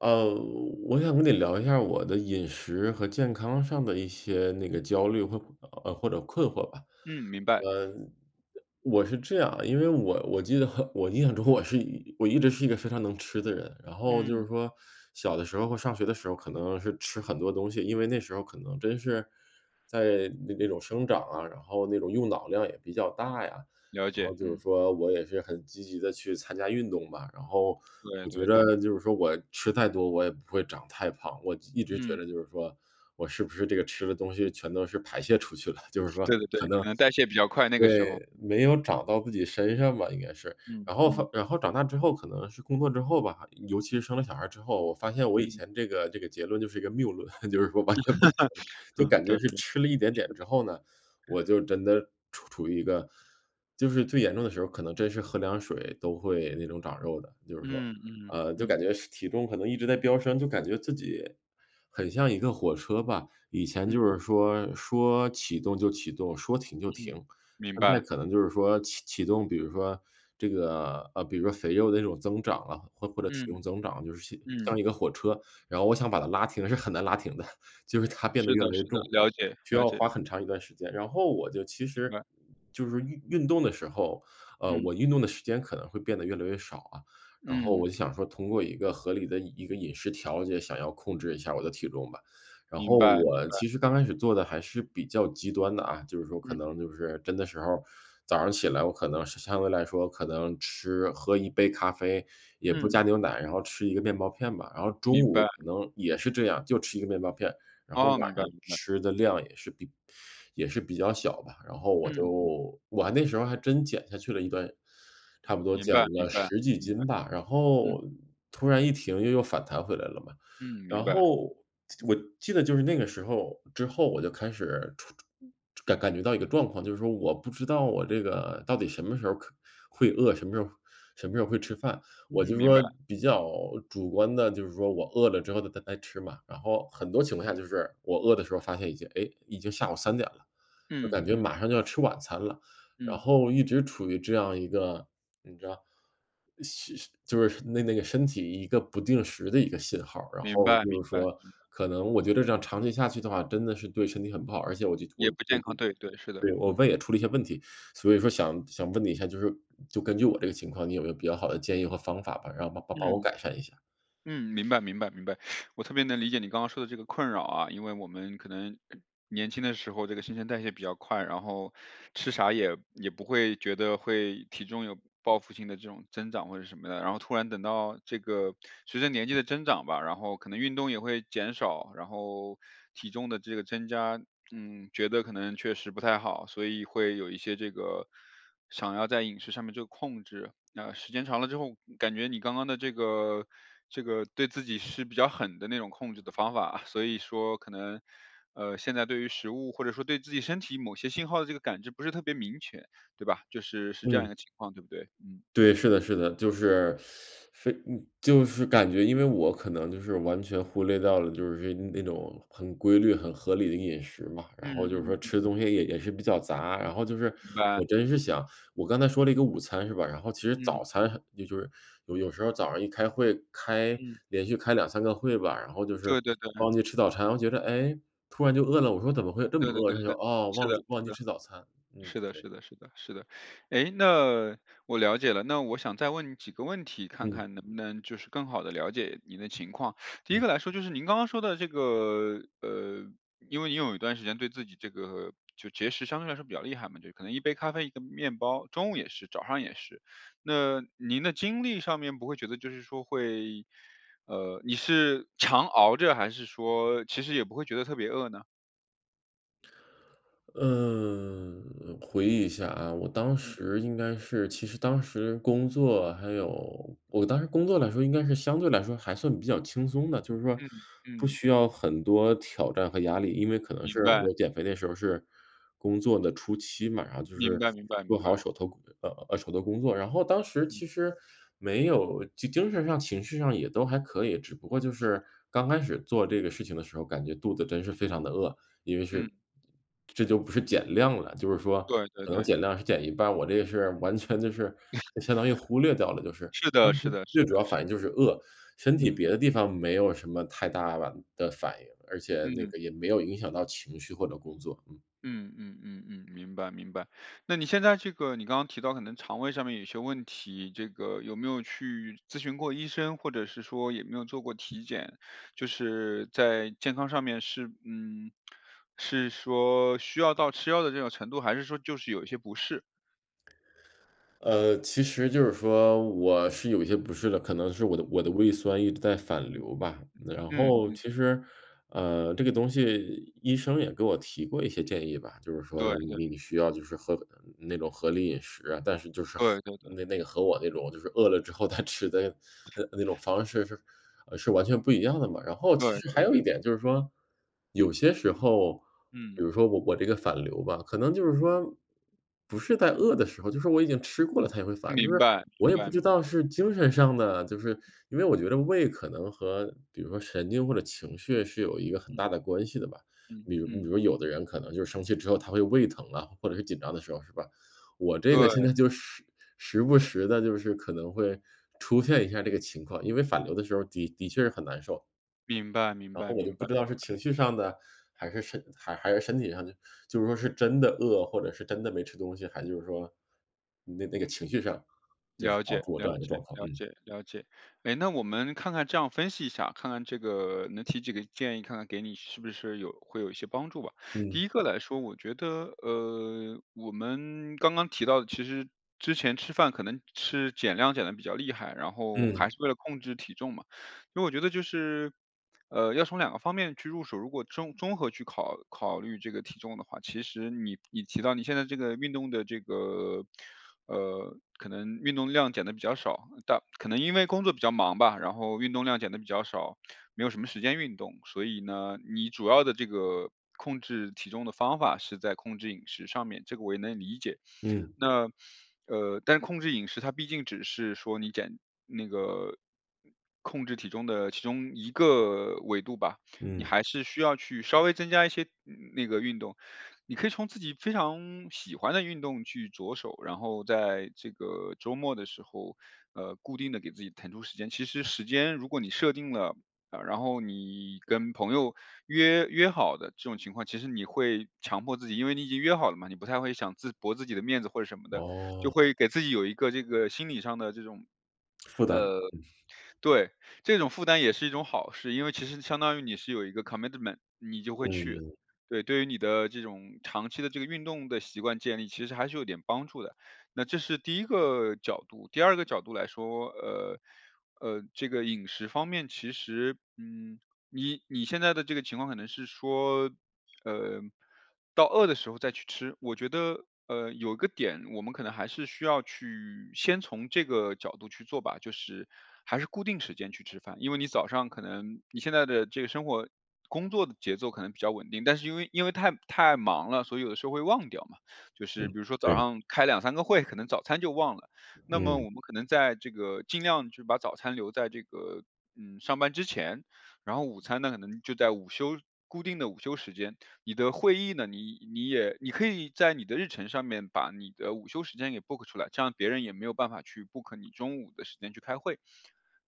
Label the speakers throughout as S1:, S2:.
S1: 呃，我想跟你聊一下我的饮食和健康上的一些那个焦虑或者困惑吧。
S2: 嗯，明白。
S1: 呃，我是这样啊，因为我记得 我印象中我一直是一个非常能吃的人，然后就
S2: 嗯，
S1: 是说小的时候或上学的时候可能是吃很多东西，因为那时候可能真是在那种生长啊，然后那种用脑量也比较大呀，
S2: 了
S1: 然
S2: 解，
S1: 后就是
S2: 嗯，
S1: 说我也是很积极的去参加运动吧，然后
S2: 对
S1: 我觉
S2: 对对，
S1: 得就是说我吃太多我也不会长太胖，我一直觉
S2: 嗯，
S1: 得就是说我是不是这个吃的东西全都是排泄出去了，就是说
S2: 对对对，
S1: 可能
S2: 可能代谢比较快，那个时候，
S1: 对，没有长到自己身上吧，应该是。
S2: 嗯
S1: 然后发
S2: 嗯
S1: 然后长大之后，可能是工作之后吧，尤其是生了小孩之后，我发现我以
S2: 嗯，
S1: 前这个结论就是一个谬论，就是说完全不可 能，就
S2: 嗯，
S1: 感觉
S2: 对
S1: 是
S2: 对，
S1: 吃了一点点之后呢，我就真的处于一个就是最严重的时候，可能真是喝凉水都会那种长肉的，就是说，
S2: 嗯嗯
S1: 就感
S2: 嗯
S1: 觉是体重可能一直在飙升，就感觉自己很像一个火车吧，以前就
S2: 嗯
S1: 是说启动就启动，说停就
S2: 嗯，
S1: 停，
S2: 明
S1: 现在
S2: 白，
S1: 可能就是说启动，比如说这个比如说肥肉的那种增长啊，或者体
S2: 嗯
S1: 重增长，就是像
S2: 嗯，
S1: 像一个火车，然后我想把它拉停是很难拉停的，就是它变得
S2: 是
S1: 越
S2: 的
S1: 来越
S2: 是的，
S1: 重，
S2: 了解
S1: 需
S2: 了
S1: 要
S2: 解，
S1: 花
S2: 嗯
S1: 很长一段时间。然后我就其
S2: 明
S1: 实
S2: 白，
S1: 就是运动的时候，
S2: 嗯
S1: 我运动的时间可能会变得越来越少啊，然后
S2: 嗯，
S1: 我就想说通过一个合理的一个饮食调节，想要控制一下我的体重吧。然
S2: 明
S1: 后
S2: 白明
S1: 我
S2: 白，
S1: 其实刚开始做的还是比较极端的啊，就是说可
S2: 嗯
S1: 能就是真的时候，早上起来我可能是相对来说可能喝一杯咖啡，也不
S2: 嗯，
S1: 加牛奶，然后吃一个面包片吧，然后中
S2: 明
S1: 午
S2: 白，
S1: 可能也是这样，就吃一个面包片，然后
S2: 哦，明
S1: 晚
S2: 白
S1: 上
S2: 明白，
S1: 吃的量也是比较小吧，然后
S2: 嗯，
S1: 我还那时候还真减下去了一段，差不多
S2: 明
S1: 减
S2: 白明
S1: 了
S2: 白
S1: 十几
S2: 明白，
S1: 斤吧，然
S2: 嗯
S1: 后突然一停又反弹回来了嘛。
S2: 嗯，明
S1: 然
S2: 白，
S1: 后我记得就是那个时候之后，我就开始感觉到一个状况，就是说我不知道我这个到底什么时候会饿，什么时候会吃饭。我
S2: 嗯
S1: 就
S2: 明白，
S1: 说比较主观的，就是说我饿了之后再吃嘛。然后很多情况下
S2: 嗯
S1: 就是我饿的时候发现已经下午3点了。就
S2: 嗯
S1: 感觉
S2: 嗯
S1: 马上就要吃晚餐了，然
S2: 嗯，
S1: 后一直处于这样一个，你知道，是就是那个身体一个不定时的一个信号然
S2: 明
S1: 后
S2: 白
S1: 就
S2: 明
S1: 是
S2: 白。
S1: 说，可能我觉得这样长期下去的话，真的是对身体很不好，而且我就
S2: 也
S1: 我
S2: 不
S1: 我
S2: 健康，
S1: 就
S2: 对对，是的，
S1: 对，我
S2: 嗯
S1: 胃也出了一些问题，所以说想问你一下，就根据我这个情况，你有没有比较好的建议和方法吧，然后帮
S2: 嗯
S1: 帮帮我 改善一下？
S2: 嗯，明白明白明白。我特别能理解你刚刚说的这个困扰啊，因为我们可能年轻的时候这个新陈代谢比较快，然后吃啥也不会觉得会体重有报复性的这种增长或者什么的，然后突然等到这个随着年纪的增长吧，然后可能运动也会减少，然后体重的这个增加，嗯，觉得可能确实不太好，所以会有一些这个想要在饮食上面做控制。时间长了之后，感觉你刚刚的这个对自己是比较狠的那种控制的方法，所以说可能，现在对于食物或者说对自己身体某些信号的这个感知不是特别明确，对吧？就是是这样一
S1: 嗯。
S2: 个情况，对不对？嗯。
S1: 对，是的是的，就是非嗯，就是感觉因为我可能就是完全忽略掉了，就是那种很规律、很合理的饮食嘛，然后就是
S2: 嗯
S1: 说
S2: 嗯，
S1: 吃的东西也是比较杂，然后就是
S2: 明
S1: 我
S2: 白，
S1: 真是想我刚才说了一个午餐是吧，然后其实
S2: 嗯
S1: 早餐也就是有时候早上一开会，开
S2: 嗯，
S1: 连续开两三个会吧，然后就是
S2: 对对对，
S1: 忘记吃早餐，我觉得，哎，突然就饿了，我说怎么会这么
S2: 对对
S1: 饿，然
S2: 对
S1: 后就，
S2: 对，
S1: 哦，
S2: 是
S1: 忘
S2: 的
S1: 了忘
S2: 是
S1: 记
S2: 的。
S1: 吃早餐，嗯，
S2: 是的，
S1: 对，
S2: 是的，是的，是的。诶，那我了解了，那我想再问你几个问题，看
S1: 嗯，
S2: 看能不能就是更好的了解您的情况。第一
S1: 嗯。
S2: 个来说，就是您刚刚说的这个，因为你有一段时间对自己这个就节食相对来说比较厉害嘛，就可能一杯咖啡、一个面包，中午也是，早上也是。那您的精力上面不会觉得就是说会你是常熬着还是说其实也不会觉得特别饿呢？
S1: 嗯，回忆一下啊，我当
S2: 嗯，
S1: 时应该是其实当时工作还有我当时工作来说，应该是相对来说还算比较轻松的，就是说
S2: 嗯，
S1: 不
S2: 嗯，
S1: 需要很多挑战和压力。因为可能
S2: 明
S1: 是
S2: 白。
S1: 我减肥那时候是工作的初期嘛，然后就
S2: 明
S1: 是
S2: 白明白
S1: 做
S2: 明
S1: 好
S2: 白，
S1: 手头工作，然后当时
S2: 嗯，
S1: 其实没有就精神上、情绪上也都还可以，只不过就是刚开始做这个事情的时候，感觉肚子真是非常的饿，因为
S2: 嗯，
S1: 这就不是减量了，就是说
S2: 对对
S1: 可能
S2: 对，
S1: 减量是减一半儿我这个是完全就是相当于忽略掉了，就是
S2: 是的
S1: 当
S2: 是
S1: 时
S2: 的是
S1: 最主
S2: 的，
S1: 要
S2: 是，
S1: 反应就是饿，身体
S2: 嗯，
S1: 别的地方没有什么太大吧的反应，而且那
S2: 嗯，
S1: 个也没有影响到情绪或者工作，嗯。
S2: 嗯嗯嗯嗯，明白明白。那你现在这个你刚刚提到可能肠胃上面有些问题，这个有没有去咨询过医生，或者是说也没有做过体检？就是在健康上面是，嗯，是说需要到吃药的这种程度，还是说就是有一些不适？
S1: 其实就是说我是有一些不适的，可能是我的胃酸一直在反
S2: 嗯，
S1: 流吧，然
S2: 嗯
S1: 后
S2: 嗯，
S1: 其实这个东西医生也给我提过一些建议吧，就是说
S2: 对
S1: 嗯
S2: 对
S1: 你你需要就是那种合理饮食啊，但是就是和
S2: 对对对
S1: 那那个和我那种就是饿了之后再吃的，那种方式是完全不一样的嘛。然后其
S2: 对
S1: 实
S2: 对
S1: 还有一
S2: 对，
S1: 点就是说，有些时候，
S2: 嗯，
S1: 比如说我这个反流吧，可能就是说不是在饿的时候，就是我已经吃过了它也会反，就
S2: 明
S1: 是
S2: 白
S1: 我
S2: 明
S1: 也
S2: 白
S1: 不
S2: 明
S1: 知道
S2: 白
S1: 是精神上的，就是因为我觉得胃可能和比如说神经或者情绪是有一个很
S2: 嗯
S1: 大的关系的吧。
S2: 嗯
S1: 比如
S2: 嗯，
S1: 比如有的人可能就是生气之后他会胃疼啊，或者是紧张的时候，是吧？我这个
S2: 对，
S1: 现在就时不时的，就是可能会出现一下这个情况，因为反流的时候的确是很难受。
S2: 明白明
S1: 然
S2: 白
S1: 后我就
S2: 明
S1: 不
S2: 白，
S1: 知道是情绪上的，还是身体上的，就是说是真的饿，或者是真的没吃东西，还就是说，那个情绪上，就是
S2: 了
S1: 导
S2: 解
S1: 致我这
S2: 了
S1: 样一个
S2: 解
S1: 状况，
S2: 了
S1: 嗯。
S2: 解了解。哎，那我们看看这样分析一下，看看这个能提几个建议，看看给你是不是有会有一些帮助吧。第
S1: 嗯
S2: 一个来说，我觉得我们刚刚提到的，其实之前吃饭可能吃减量减的比较厉害，然后还
S1: 嗯
S2: 是为了控制体重嘛。因为我觉得就是，要从两个方面去入手。如果综合去考虑这个体重的话，其实你提到你现在这个运动的这个，可能运动量减的比较少，但可能因为工作比较忙吧，然后运动量减的比较少，没有什么时间运动，所以呢，你主要的这个控制体重的方法是在控制饮食上面，这个我也能理解。
S1: 嗯
S2: 那，但是控制饮食它毕竟只是说你减那个控制体重的其中一个维度吧，你
S1: 嗯，
S2: 还是需要去稍微增加一些嗯那个运动。你可以从自己非常喜欢的运动去着手，然后在这个周末的时候，固定的给自己腾出时间。其实时间如果你设定了。啊，然后你跟朋友约好的这种情况，其实你会强迫自己，因为你已经约好了嘛，你不太会想自驳自己的面子或者什么的，就
S1: 哦，
S2: 会给自己有一个这个心理上的这种
S1: 负担。
S2: 对，这种负担也是一种好事，因为其实相当于你是有一个 commitment,你就会去。
S1: 嗯
S2: 对，对于你的这种长期的这个运动的习惯建立，其实还是有点帮助的。那这是第一个角度，第二个角度来说，这个饮食方面，其实，嗯，你现在的这个情况可能是说，呃，到饿的时候再去吃。我觉得，有一个点，我们可能还是需要去先从这个角度去做吧，就是还是固定时间去吃饭。因为你早上可能你现在的这个生活、工作的节奏可能比较稳定，但是因为太忙了，所以有的时候会忘掉嘛。就
S1: 嗯，
S2: 是比如说早
S1: 对，
S2: 上开两三个会，可能早餐就忘了。那么
S1: 嗯
S2: 我们可能在这个尽量就把早餐留在这个嗯上班之前，然后午餐呢，可能就在午休固定的午休时间。你的会议呢，你可以在你的日程上面把你的午休时间给 book 出来，这样别人也没有办法去 book 你中午的时间去开会。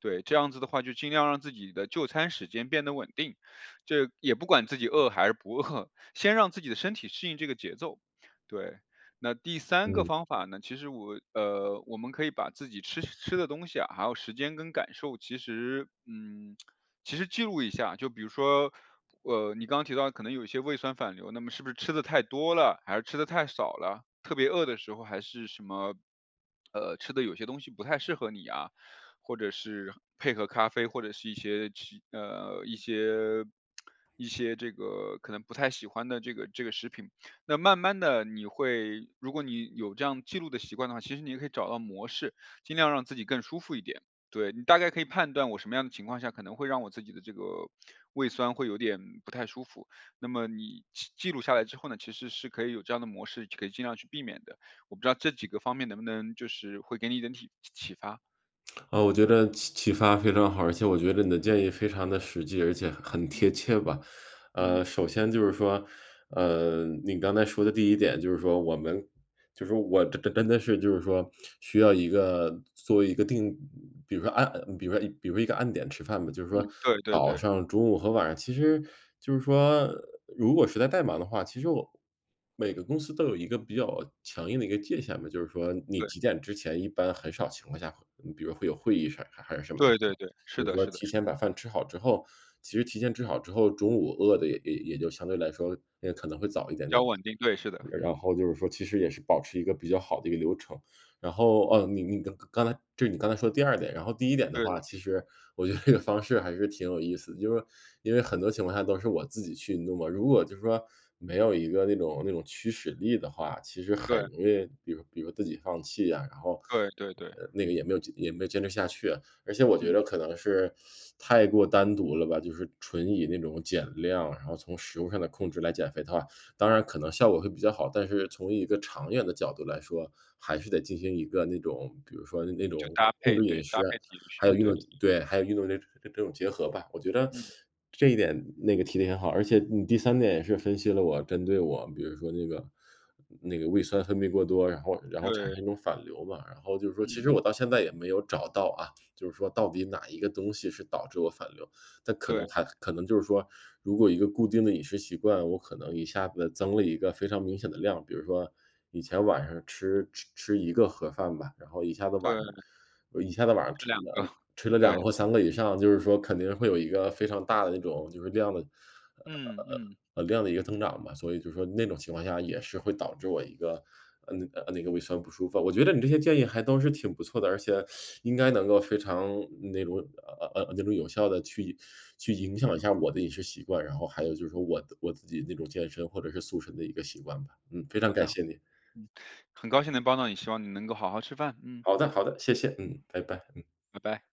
S2: 对，这样子的话，就尽量让自己的就餐时间变得稳定，这也不管自己饿还是不饿，先让自己的身体适应这个节奏。对，那第三个
S1: 嗯，
S2: 方法呢，其实我我们可以把自己吃的东西啊，还有时间跟感受，其实嗯其实记录一下，就比如说，你刚刚提到可能有一些胃酸反流，那么是不是吃的太多了，还是吃的太少了？特别饿的时候，还是什么，吃的有些东西不太适合你啊，或者是配合咖啡，或者是一些一些这个可能不太喜欢的这个食品。那慢慢的你会，如果你有这样记录的习惯的话，其实你也可以找到模式，尽量让自己更舒服一点。对，你大概可以判断我什么样的情况下可能会让我自己的这个胃酸会有点不太舒服，那么你记录下来之后呢，其实是可以有这样的模式，可以尽量去避免的。我不知道这几个方面能不能就是会给你一点启发。
S1: 啊，我觉得启发非常好，而且我觉得你的建议非常的实际，而且很贴切吧。
S2: 嗯
S1: 首先就是说，你刚才说的第一点就是说我们就是我真的是就是说需要一个作为一个定比如说按比如说比如说一个按点吃饭吧，就是
S2: 嗯。
S1: 说
S2: 对对
S1: 早
S2: 对
S1: 上、中午和晚上。其实就是说如果实在太忙的话，其实我每个公司都有一个比较强硬的一个界限吧，就是说你几
S2: 对
S1: 点之前一般很少情况下会比如会有会议啥还是什么的，
S2: 对
S1: 是
S2: 对
S1: 吧？
S2: 对，是
S1: 就是
S2: 的
S1: 说
S2: 是的
S1: 提
S2: 是的，
S1: 前把饭吃好之后，其实提前吃好之后，中午饿的也就相对来说，也可能会早一点
S2: 比
S1: 点。
S2: 较稳定，对，是的，嗯，
S1: 然后就是说其实也是保持一个比较好的一个流程。然后，哦，你刚才说的第二点，然后第一点的话，
S2: 对
S1: 其实我觉得这个方式还是挺有意思的，就是因为很多情况下都是我自己去弄嘛，如果就是说没有一个那种驱使力的话，其实很
S2: 对
S1: 容易比如自己放弃啊，然后，
S2: 对对对，
S1: 那个也没有坚持下去。而且我觉
S2: 嗯，
S1: 得可能是太过单独了吧，就是纯以那种减量，然后从食物上的控制来减肥的话，当然可能效果会比较好，但是从一个长远的角度来说，还是得进行一个那种比如说那
S2: 就
S1: 种
S2: 搭
S1: 控
S2: 配，
S1: 制
S2: 对，
S1: 饮
S2: 搭
S1: 食，
S2: 配体育
S1: 还有
S2: 训，
S1: 运
S2: 对
S1: 动
S2: 对对，
S1: 对，还有运动这种结合吧。我觉得
S2: 嗯
S1: 这一点那个提的很好，而且你第三点也是分析了针对我比如说那个胃酸分泌过多，然后产生
S2: 对
S1: 一种反流嘛。然后就是说其
S2: 嗯。
S1: 实我到现在也没有找到啊，就是说到底哪一个东西是导致我反流。但可
S2: 对
S1: 能还可能就是说，如果一个固定的饮食习惯，我可能一下子增了一个非常明显的量，比如说以前晚上吃一个盒饭吧，然后一下子晚
S2: 对，
S1: 上一下子往上
S2: 这
S1: 吹
S2: 两个，
S1: 了吹了
S2: 对
S1: 两个或
S2: 对，
S1: 三个以上，就是说肯定会有一个非常大的那种就是量的呃，
S2: 嗯
S1: 呃，
S2: 嗯
S1: 呃量的一个增长吧。所以就是说那种情况下也是会导致我一个，那个胃酸不舒服。我觉得你这些建议还都是挺不错的，而且应该能够非常那种那种有效的去影
S2: 嗯，
S1: 响一下我的饮食习惯，然后还有就是说我自己那种健身或者是塑身的一个习惯吧。嗯，非
S2: 好
S1: 常感
S2: 的。
S1: 谢你。
S2: 嗯，很高兴能帮到你，希望你能够好好吃饭。嗯，
S1: 好的，好的，谢谢，嗯，拜拜。
S2: 拜拜。